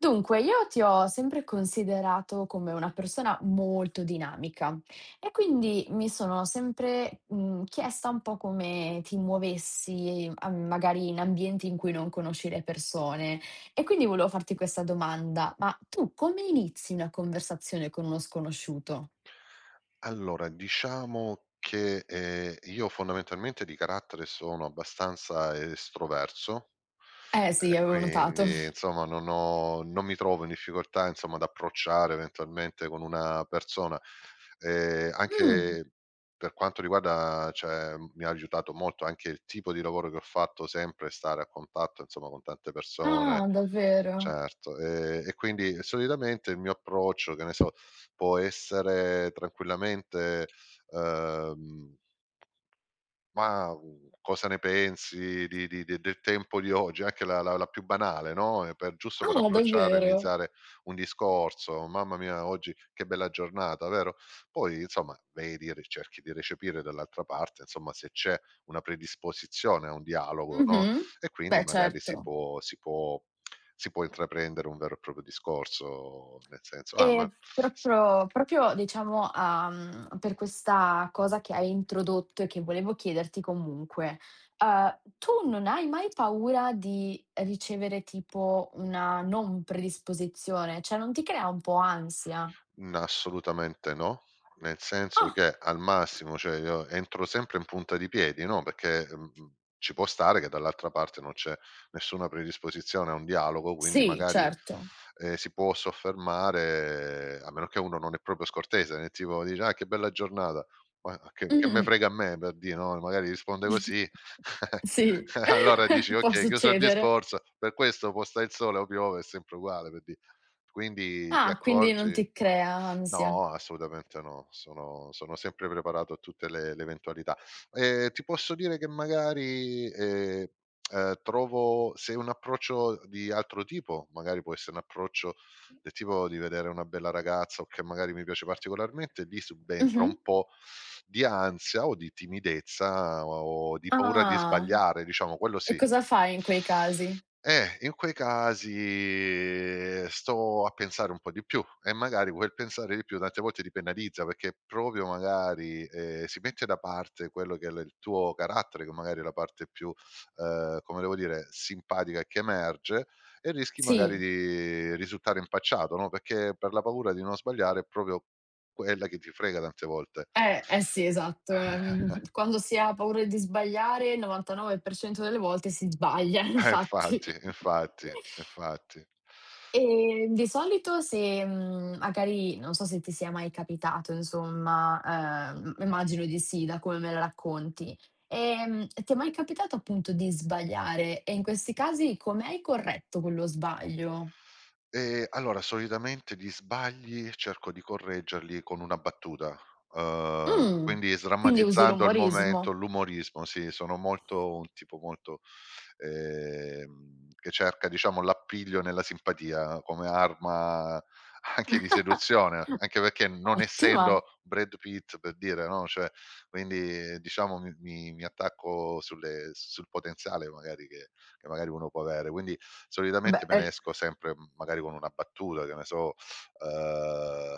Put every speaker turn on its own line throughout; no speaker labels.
Dunque, io ti ho sempre considerato come una persona molto dinamica e quindi mi sono sempre, chiesta un po' come ti muovessi, a magari in ambienti in cui non conosci le persone. E quindi volevo farti questa domanda: ma tu come inizi una conversazione con uno sconosciuto?
Allora, diciamo che, io fondamentalmente di carattere sono abbastanza estroverso,
Eh sì, avevo notato.
quindi insomma non mi trovo in difficoltà, insomma, ad approcciare eventualmente con una persona. Ehm,
Mh.
anche per quanto riguarda cioè, mi ha aiutato molto anche il tipo di lavoro che ho fatto, sempre stare a contatto, insomma, con tante persone
Ah, davvero?
certo, e quindi solitamente il mio approccio, che ne so, può essere tranquillamente, ehm: "Ma, cosa ne pensi di de del tempo di oggi?" Anche la più banale, no, e per giusto per
Ah,
approcciare,
davvero?
iniziare un discorso: "Mamma mia, oggi che bella giornata", vero? Poi insomma vedi, re cerchi di recepire dall'altra parte, insomma, se c'è una predisposizione a un dialogo, no,
Mh-mh.
e quindi
Beh,
magari
certo.
si può intraprendere un vero e proprio discorso, nel senso: "Ah,
Ehm,
ma s
proprio proprio diciamo, per questa cosa che hai introdotto e che volevo chiederti comunque, tu non hai mai paura di ricevere tipo una non predisposizione? Cioè non ti crea un po' ansia?
Mhmm, assolutamente no, nel senso
Ah,
che al massimo, cioè io entro sempre in punta di piedi, no, perché, ci può stare che dall'altra parte non c'è nessuna predisposizione a un dialogo, quindi
sì,
magari,
certo.
si può soffermare, a meno che uno non è proprio scortese, del tipo dice: "Ah, che bella giornata", ma ah, che me
Mh-mh.
frega a me per dire, no, magari risponde così,
Sì,
allora dici:
può
"Okay, chiuso il
succedere.
discorso, per questo può sta' il sole o piove, è sempre uguale", per di quindi ti
Ah, quindi non
accorgi.
ti crea ansia.
No, assolutamente no. Sono sempre preparato a tutte le eventualità. Ti posso dire che magari, trovo se un approccio di altro tipo, magari può essere un approccio del tipo di vedere una bella ragazza o che magari mi piace particolarmente, lì subentra
Mh-mh.
un po' di ansia o di timidezza o di paura di
Ah,
sbagliare, diciamo, quello
e
sì.
cosa fai in quei casi?
In quei casi sto a pensare un po' di più e magari quel pensare di più tante volte ti penalizza perché proprio magari, si mette da parte quello che è l il tuo carattere, che magari è la parte più, come devo dire, simpatica che emerge e rischi magari
Sì.
di risultare impacciato, no, perché per la paura di non sbagliare è proprio quella che ti frega tante volte.
Eh sì, esatto. Quando si ha paura di sbagliare, il 99% delle volte si sbaglia, infatti.
Infatti, infatti, infatti.
E di solito se, magari non so se ti sia mai capitato insomma, immagino di sì da come me la racconti. Ti è mai capitato appunto di sbagliare e in questi casi come hai corretto quello sbaglio?
Allora solitamente gli sbagli cerco di correggerli con una battuta,
Mh,
quindi
quindi usi
sdrammatizzando il momento,
l'umorismo.
l'umorismo, sì, sono molto un tipo molto, che cerca diciamo l'appiglio nella simpatia come arma anche di seduzione, anche perché non
Ottima.
essendo Brad Pitt per dire, no, cioè quindi diciamo mi attacco sul potenziale magari che magari uno può avere. Quindi solitamente
Beh,
me ne esco sempre magari con una battuta, che ne so, ehm,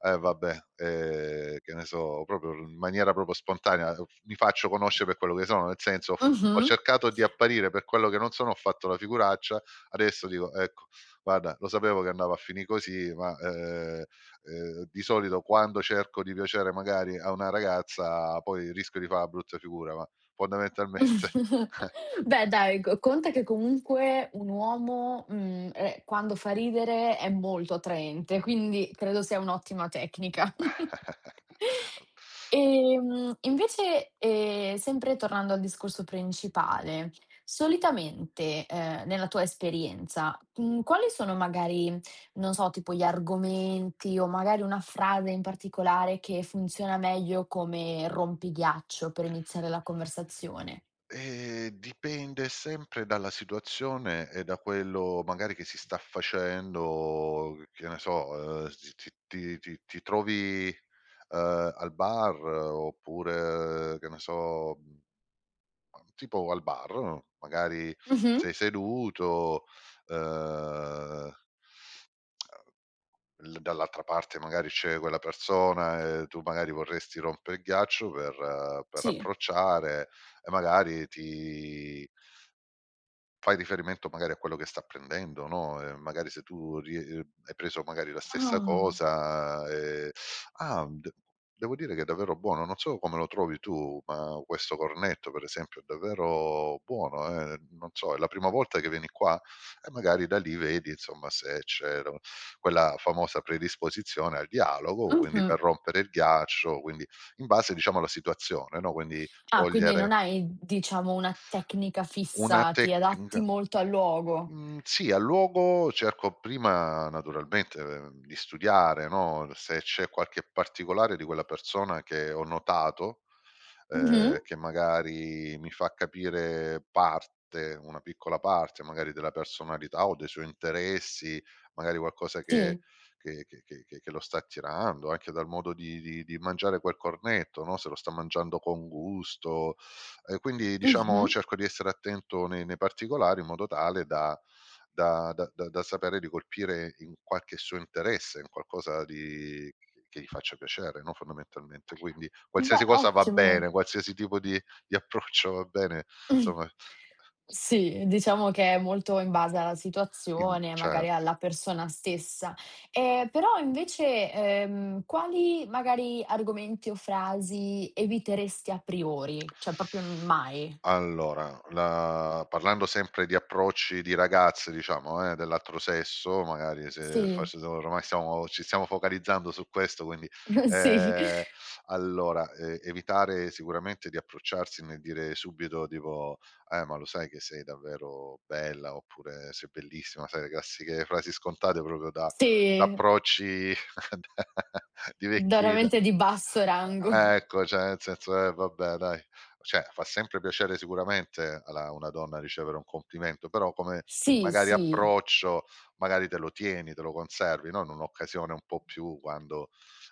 eh vabbè, che ne so, proprio in maniera proprio spontanea, mi faccio conoscere per quello che sono, nel senso ho
mh-mh.
cercato di apparire per quello che non sono, ho fatto la figuraccia, adesso dico: "Ecco, guarda lo sapevo che andava a finì così, ma, di solito quando cerco di piacere magari a una ragazza poi rischio di fa' brutta figura", ma fondamentalmente.
Beh dai, co conta che comunque un uomo, quando fa ridere è molto attraente, quindi credo sia un'ottima tecnica. Sempre tornando al discorso principale, solitamente, nella tua esperienza, quali sono magari, non so, tipo gli argomenti o magari una frase in particolare che funziona meglio come rompighiaccio per iniziare la conversazione?
Dipende sempre dalla situazione e da quello magari che si sta facendo, che ne so, ti trovi, al bar oppure, che ne so, tipo al bar, no? Magari
Mh-mh.
sei seduto, ehm L dall'altra parte magari c'è quella persona e tu magari vorresti rompere il ghiaccio per
Sì.
approcciare e magari ti fai riferimento magari a quello che sta prendendo, no, magari se tu rie hai preso magari la stessa
Ah.
cosa, ah, d devo dire che è davvero buono, non so come lo trovi tu, ma questo cornetto per esempio è davvero buono, non so, è la prima volta che vieni qua? E magari da lì vedi insomma se c'è lo quella famosa predisposizione al dialogo, quindi
Mh-mh.
per rompere il ghiaccio, quindi in base diciamo alla situazione, no, quindi
Ah, quindi
cogliere
non hai, diciamo, una tecnica
una
fissa, ti adatti
tecnica.
molto al luogo.
Mhmm, sì, al luogo cerco prima naturalmente, di studiare, no, se c'è qualche particolare di quella persona che ho notato,
Mh-mh.
che magari mi fa capire parte, una piccola parte magari della personalità o dei suoi interessi, magari qualcosa che
Sì.
che lo sta attirando, anche dal modo di mangiare quel cornetto, no, se lo sta mangiando con gusto, quindi diciamo
Mh-mh.
cerco di essere attento nei particolari in modo tale da da sapere di colpire in qualche suo interesse, in qualcosa di che gli faccia piacere, no, fondamentalmente. Quindi qualsiasi
Beh,
cosa va
ottimo.
bene, qualsiasi tipo di approccio va bene, insomma
Sì, diciamo che è molto in base alla
in
situazione, magari
certo.
alla persona stessa. Però invece, quali magari argomenti o frasi eviteresti a priori? Cioè proprio n mai.
Allora, la parlando sempre di approcci di ragazze diciamo, dell'altro sesso, magari se
Sì.
forse so oramai stiamo ci stiamo focalizzando su questo quindi,
Sì.
ehm, allora, evitare sicuramente di approcciarsi nel dire subito tipo: ma lo sai che sei davvero bella" oppure "Sei bellissima", sai le classiche frasi scontate proprio da
Sì.
approcci da di
Da
vecchi da
veramente di basso rango.
e ecco, cioè nel senso, vabbè dai, cioè fa sempre piacere sicuramente alla a una donna ricevere un complimento, però come
Sì,
magari
sì,
approccio, magari te lo tieni, te lo conservi, no, in un'occasione un po' più quando,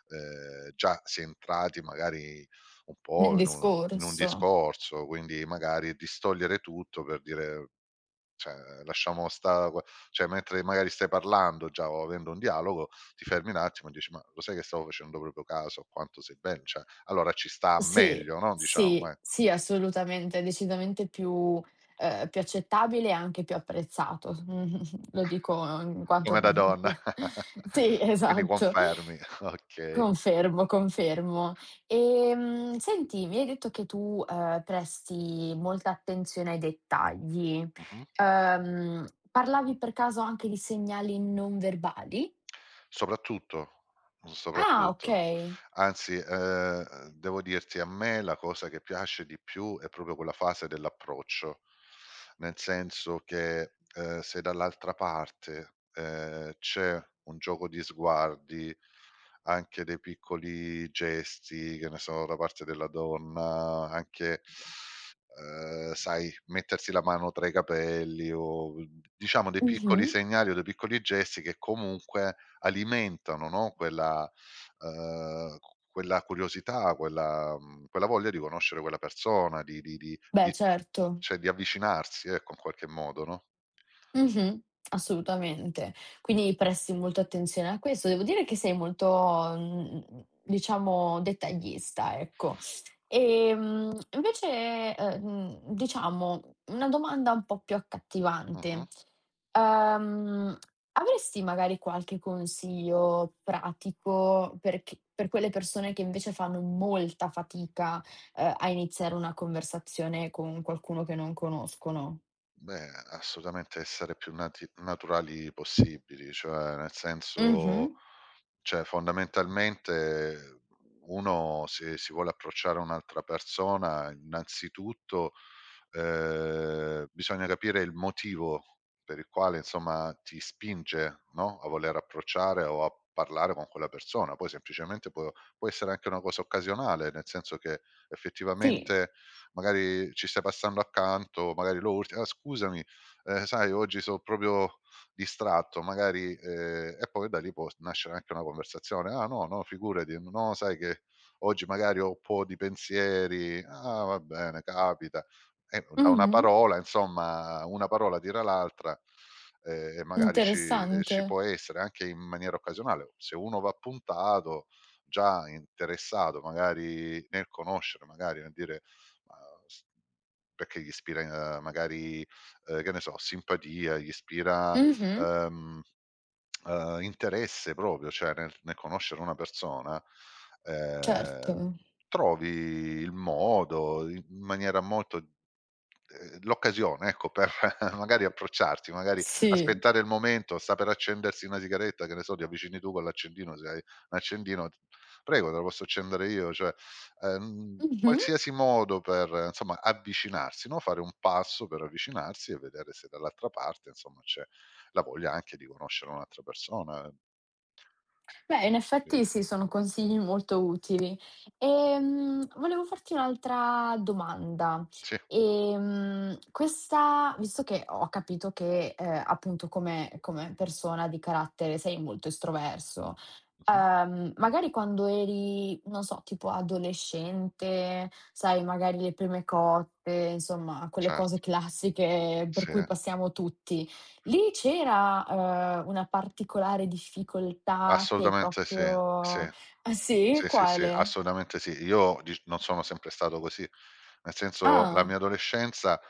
già si è entrati magari un
nel
po' in un
discorso.
discorso, quindi magari distogliere tutto per dire cioè, lasciamo sta qua cioè mentre magari stai parlando già o avendo un dialogo, ti fermi un attimo e dici: "Ma lo sai che stavo facendo proprio caso a quanto sei bel cioè, allora ci sta
Sì,
meglio, no, diciamo,
sì,
ecco,
sì, assolutamente, decisamente più più accettabile e anche più apprezzato. Mh-mh, lo dico in
come
quanto
da donna."
sì,
Quindi
esatto.
confermi, okay.
Confermo, confermo. Senti, mi hai detto che tu, presti molta attenzione ai dettagli.
Mh-mh.
Ehm, Parlavi per caso anche di segnali non verbali?
Soprattutto,
Ah,
soprattutto.
okay.
Anzi, devo dirti, a me la cosa che piace di più è proprio quella fase dell'approccio, nel senso che, se dall'altra parte, c'è un gioco di sguardi, anche dei piccoli gesti, che ne so, da parte della donna, anche, sai, mettersi la mano tra i capelli o diciamo dei piccoli
Mh-mh.
segnali o dei piccoli gesti che comunque alimentano, no, quella q quella curiosità, quella quella voglia di conoscere quella persona,
Beh,
di
certo.
cioè di avvicinarsi, ecco, in qualche modo, no?
Mh-mh. Assolutamente. Quindi presti molta attenzione a questo. Devo dire che sei molto, diciamo dettaglista, ecco. Diciamo, una domanda un po' più
Mh-mh.
accattivante. Uhm, Avresti magari qualche consiglio pratico per chi per quelle persone che invece fanno molta fatica, a iniziare una conversazione con qualcuno che non conoscono?
Beh, assolutamente essere più nati naturali possibili, cioè nel
Mh-mh.
senso cioè, fondamentalmente uno se si vuole approcciare a un'altra persona, innanzitutto, bisogna capire il motivo per il quale, insomma, ti spinge, no, a voler approcciare o a parlare con quella persona. Poi semplicemente può può essere anche una cosa occasionale, nel senso che
Sì.
effettivamente magari ci stai passando accanto, magari lo urti: "Ah scusami, sai oggi so' proprio distratto magari, e poi da lì può s nascere anche una conversazione: "Ah no, no, figurati, no sai che oggi magari ho un po' di pensieri". "Ah, va bene, capita". E da una
Mh-mh.
parola, insomma, una parola tira l'altra, e magari ci ci
Interessante.
può essere anche in maniera occasionale. Se uno va puntato, già interessato magari nel conoscere, magari nel dire ma s perché gli ispira, magari, che ne so, simpatia, gli ispira
Mh-mh.
ehm, interesse proprio, cioè nel conoscere una persona,
Certo.
ehm, trovi il modo in maniera molto l'occasione ecco per magari approcciarti, magari
Sì.
aspettare il momento, sta per accendersi una sigaretta, che ne so, ti avvicini tu con l'accendino, se hai un accendino: "Prego, te la posso accendere io?" Cioè,
Mh-mh.
qualsiasi modo per insomma avvicinarsi, no, fare un passo per avvicinarsi e vedere se dall'altra parte, insomma, c'è la voglia anche di conoscere un'altra persona,
Beh, in
sì,
effetti sì, sono consigli molto utili. Volevo farti un'altra domanda.
sì.
Questa visto che ho capito che, appunto come persona di carattere sei molto estroverso,
Mh-mh.
magari quando eri, non so, tipo adolescente, sai magari le prime cotte, insomma quelle cose
Certo,
classiche per
sì,
cui passiamo tutti, lì c'era, una particolare difficoltà che
assolutamente sì,
proprio
sì.
ah sì?
Sì, sì, sì,
Quale?
assolutamente sì. Io dic non sono sempre stato così. Nel senso, la
Ah,
mia adolescenza,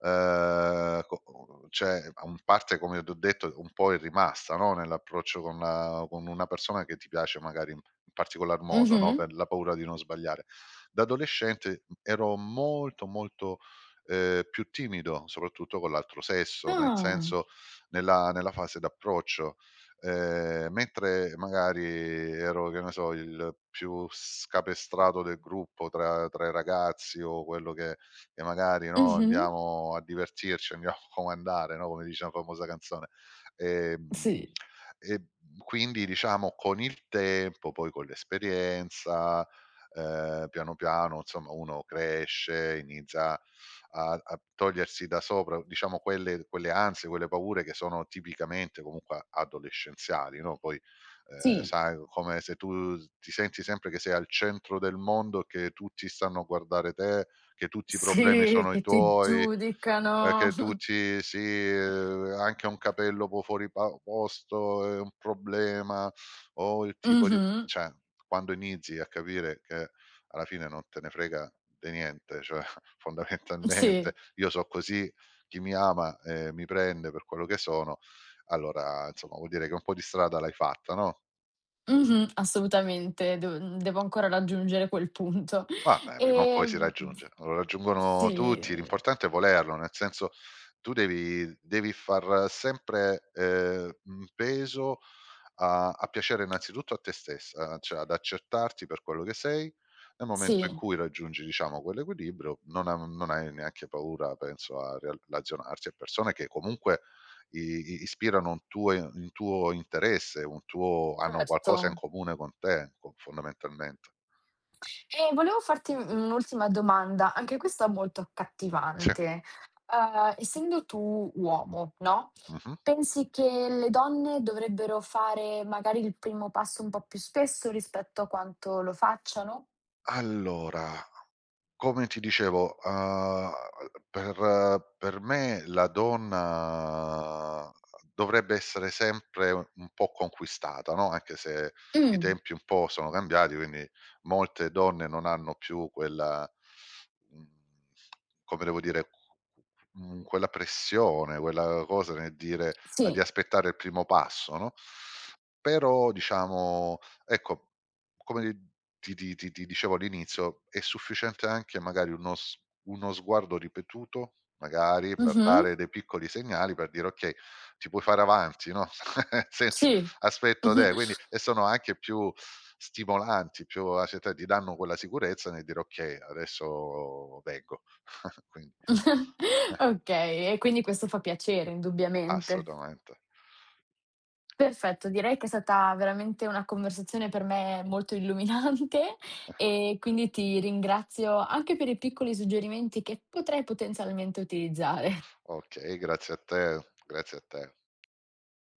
co cioè, a un parte come t'ho detto, un po' è rimasta, no, nell'approccio con la con una persona che ti piace magari in particolar modo, no,
mh-mh.
per la paura di non sbagliare. Da adolescente, ero molto, molto, più timido, soprattutto con l'altro sesso, nel
Ah,
senso nella fase d'approccio. Mentre magari ero, che ne so, il più scapestrato del gruppo tra i ragazzi o quello che magari, no,
mh-mh.
andiamo a divertirci, andiamo a comandare, no, come dice una famosa canzone. Ehm,
Sì,
e quindi diciamo con il tempo, poi con l'esperienza, piano piano insomma uno cresce, inizia a togliersi da sopra, diciamo, quelle ansie, quelle paure che sono tipicamente comunque adolescenziali, no, poi,
sì,
sai, come se tu ti senti sempre che sei al centro del mondo, che tutti stanno a guardare te, che tutti i problemi
sì,
sono i
che ti
tuoi,
giudicano.
perché tu ci sì, anche un capello po' fuori pa posto è un problema, o il tipo di
Mh-mh.
cioè, quando inizi a capire che alla fine non te ne frega de niente, cioè fondamentalmente
Sì,
io so' così, chi mi ama, mi prende per quello che sono, allora insomma vuol dire che un po' di strada l'hai fatta, no?
mh-mh, assolutamente. Devo ancora raggiungere quel punto.
Ah, beh, prima o poi si
V
raggiunge. Lo raggiungono tutti,
Sì.
l'importante è volerlo, nel senso tu devi far sempre, peso a piacere innanzitutto a te stessa, cioè ad accettarti per quello che sei. Nel momento in
Sì,
cui raggiungi, diciamo, quell'equilibrio non hai neanche paura penso a relazionarti a persone che comunque i ispirano un tuo interesse, un tuo hanno qualcosa in
certo.
comune con te, co fondamentalmente.
Volevo farti u un'ultima domanda, anche questa molto
Sì,
accattivante. Essendo tu uomo, no,
mh-mh.
pensi che le donne dovrebbero fare magari il primo passo un po' più spesso rispetto a quanto lo facciano?
Allora, come ti dicevo, per me la donna dovrebbe essere sempre un po' conquistata, no, anche se i
Mh,
tempi un po' sono cambiati, quindi molte donne non hanno più quella mhmm, come devo dire, quella pressione, quella cosa nel dire di
sì.
aspettare il primo passo, no, però diciamo ecco come ti dicevo all'inizio, è sufficiente anche magari uno sguardo ripetuto, magari per
Mh-mh.
dare dei piccoli segnali, per dire: "Okay, ti puoi fare avanti", no, nel senso:
Sì.
"Aspetto
Mh-mh.
te", quindi e sono anche più stimolanti, più accettati, ti danno quella sicurezza nel dire: "Okay, adesso vengo". Quindi
Okay, e quindi questo fa piacere indubbiamente.
assolutamente.
Perfetto, direi che è stata veramente una conversazione per me molto illuminante e quindi ti ringrazio anche per i piccoli suggerimenti che potrei potenzialmente utilizzare.
Okay, grazie a te, grazie a te.